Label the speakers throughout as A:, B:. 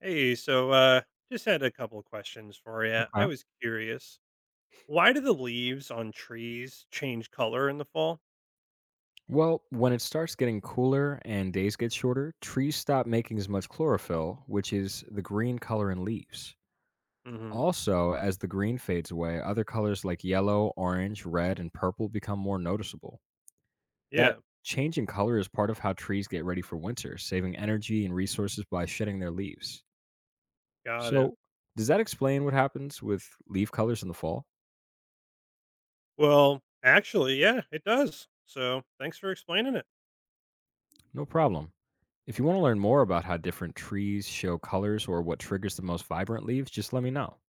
A: Hey, just had a couple of questions for you. I
B: Huh?
A: was curious, why do the leaves on trees change color in the fall?
B: Well, when it starts getting cooler and days get shorter, trees stop making as much chlorophyll, which is the green color in leaves.
A: Hmm.
B: Also, as the green fades away, other colors like yellow, orange, red, and purple become more noticeable. That
A: Yeah,
B: change in color is part of how trees get ready for winter, saving energy and resources by shedding their leaves.
A: got it.
B: So, does that explain what happens with leaf colors in the fall?
A: Well, actually, yeah, it does. So thanks for explaining it.
B: No problem. If you want to learn more about how different trees show colors or what triggers the most vibrant leaves, just let me know.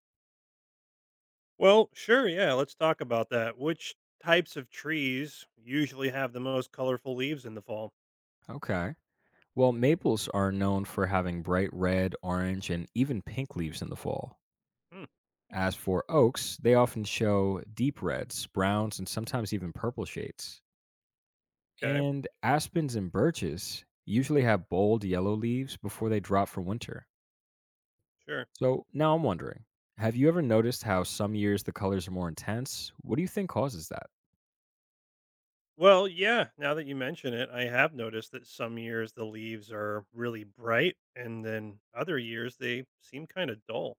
A: Well, sure, yeah, let's talk about that. Which types of trees usually have the most colorful leaves in the fall?
B: Okay. Well, maples are known for having bright red, orange, and even pink leaves in the fall.
A: Hmm,
B: As for oaks, they often show deep reds, browns, and sometimes even purple shades.
A: okay,
B: And aspens and birches usually have bold yellow leaves before they drop for winter.
A: sure.
B: So now I'm wondering, have you ever noticed how some years the colors are more intense? What do you think causes that?
A: Well, yeah, now that you mention it, I have noticed that some years the leaves are really bright and then other years they seem kind of dull.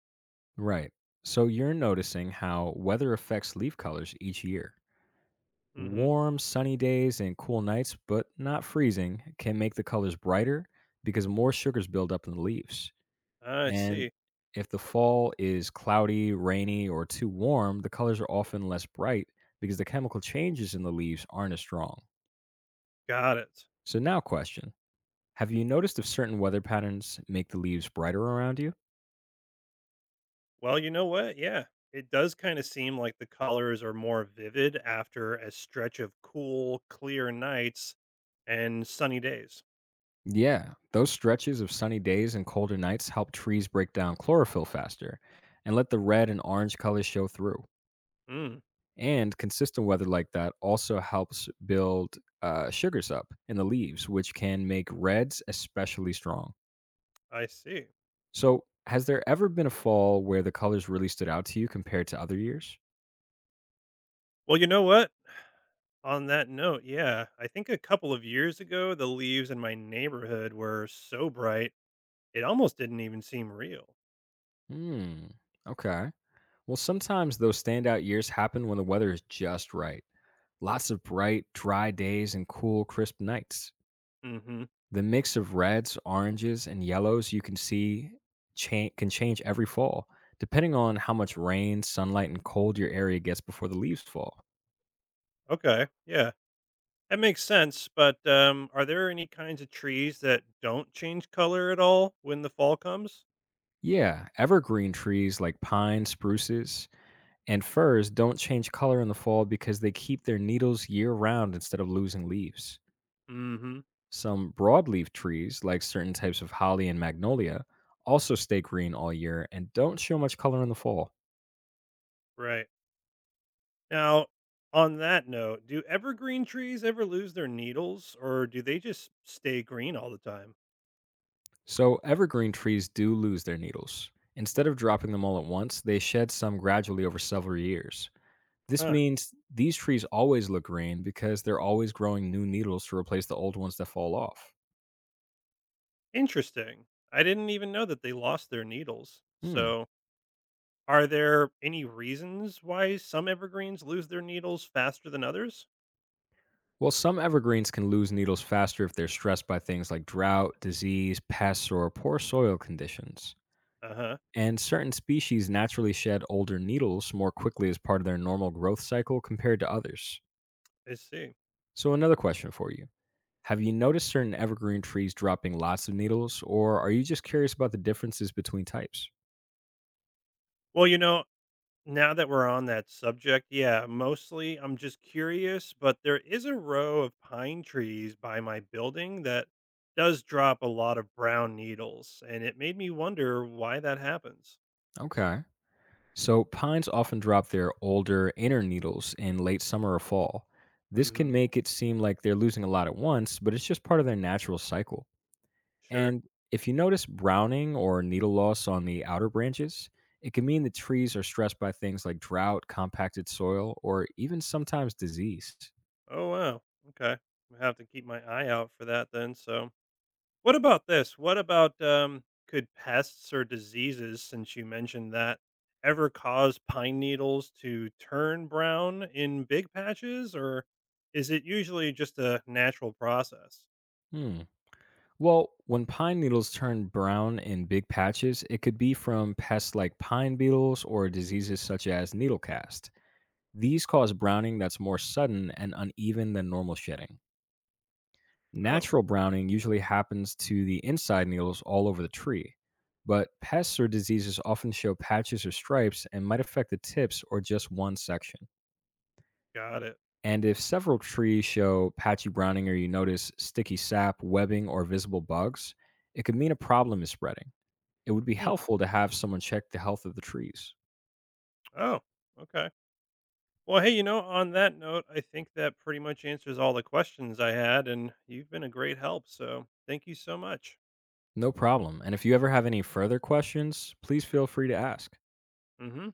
B: Right. So you're noticing how weather affects leaf colors each year.
A: Hmm.
B: Warm, sunny days and cool nights, but not freezing, can make the colors brighter because more sugars build up in the leaves.
A: I
B: And
A: see.
B: if the fall is cloudy, rainy, or too warm, the colors are often less bright because the chemical changes in the leaves aren't as strong.
A: Got it.
B: So, now, question, have you noticed if certain weather patterns make the leaves brighter around you?
A: Well, you know what? Yeah, it does kind of seem like the colors are more vivid after a stretch of cool, clear nights and sunny days.
B: Yeah, those stretches of sunny days and colder nights help trees break down chlorophyll faster and let the red and orange colors show through.
A: Mm.
B: And consistent weather like that also helps build sugars up in the leaves, which can make reds especially strong.
A: I see.
B: So, has there ever been a fall where the colors really stood out to you compared to other years?
A: Well, you know what? On that note, yeah, I think a couple of years ago, the leaves in my neighborhood were so bright it almost didn't even seem real.
B: Hmm. Okay. Well, sometimes those standout years happen when the weather is just right. Lots of bright, dry days and cool, crisp nights.
A: Mhm.
B: The mix of reds, oranges, and yellows you can see can change every fall, depending on how much rain, sunlight, and cold your area gets before the leaves fall.
A: Okay. Yeah. That makes sense, but, are there any kinds of trees that don't change color at all when the fall comes?
B: Yeah, evergreen trees like pine, spruces, and firs don't change color in the fall because they keep their needles year round instead of losing leaves.
A: Mhm.
B: Some broadleaf trees, like certain types of holly and magnolia, also stay green all year and don't show much color in the fall.
A: Right. Now, on that note, do evergreen trees ever lose their needles or do they just stay green all the time?
B: So, evergreen trees do lose their needles. Instead of dropping them all at once, they shed some gradually over several years. This
A: Huh.
B: means these trees always look green because they're always growing new needles to replace the old ones that fall off.
A: Interesting. I didn't even know that they lost their needles.
B: Hmm.
A: So, are there any reasons why some evergreens lose their needles faster than others?
B: Well, some evergreens can lose needles faster if they're stressed by things like drought, disease, pests, or poor soil conditions.
A: Uh-huh.
B: And certain species naturally shed older needles more quickly as part of their normal growth cycle compared to others.
A: I see.
B: So, another question for you. Have you noticed certain evergreen trees dropping lots of needles, or are you just curious about the differences between types?
A: Well, you know, now that we're on that subject, yeah, mostly I'm just curious, but there is a row of pine trees by my building that does drop a lot of brown needles, and it made me wonder why that happens.
B: Okay. So, pines often drop their older inner needles in late summer or fall. This can
A: Mhm.
B: make it seem like they're losing a lot at once, but it's just part of their natural cycle.
A: Sure.
B: And if you notice browning or needle loss on the outer branches, it can mean the trees are stressed by things like drought, compacted soil, or even sometimes disease.
A: Oh wow. Okay. I have to keep my eye out for that then, so what about this? What about could pests or diseases, since you mentioned that, ever cause pine needles to turn brown in big patches, or is it usually just a natural process?
B: Hmm. Well, when pine needles turn brown in big patches, it could be from pests like pine beetles or diseases such as needle cast. These cause browning that's more sudden and uneven than normal shedding.
A: Oh,
B: Natural browning usually happens to the inside needles all over the tree, but pests or diseases often show patches or stripes and might affect the tips or just one section.
A: got it.
B: And if several trees show patchy browning or you notice sticky sap, webbing, or visible bugs, it could mean a problem is spreading. It would be
A: Hmm.
B: helpful to have someone check the health of the trees.
A: Oh, okay. Well, hey, you know, on that note, I think that pretty much answers all the questions I had, and you've been a great help. So thank you so much.
B: No problem. And if you ever have any further questions, please feel free to ask.
A: Mm hmm.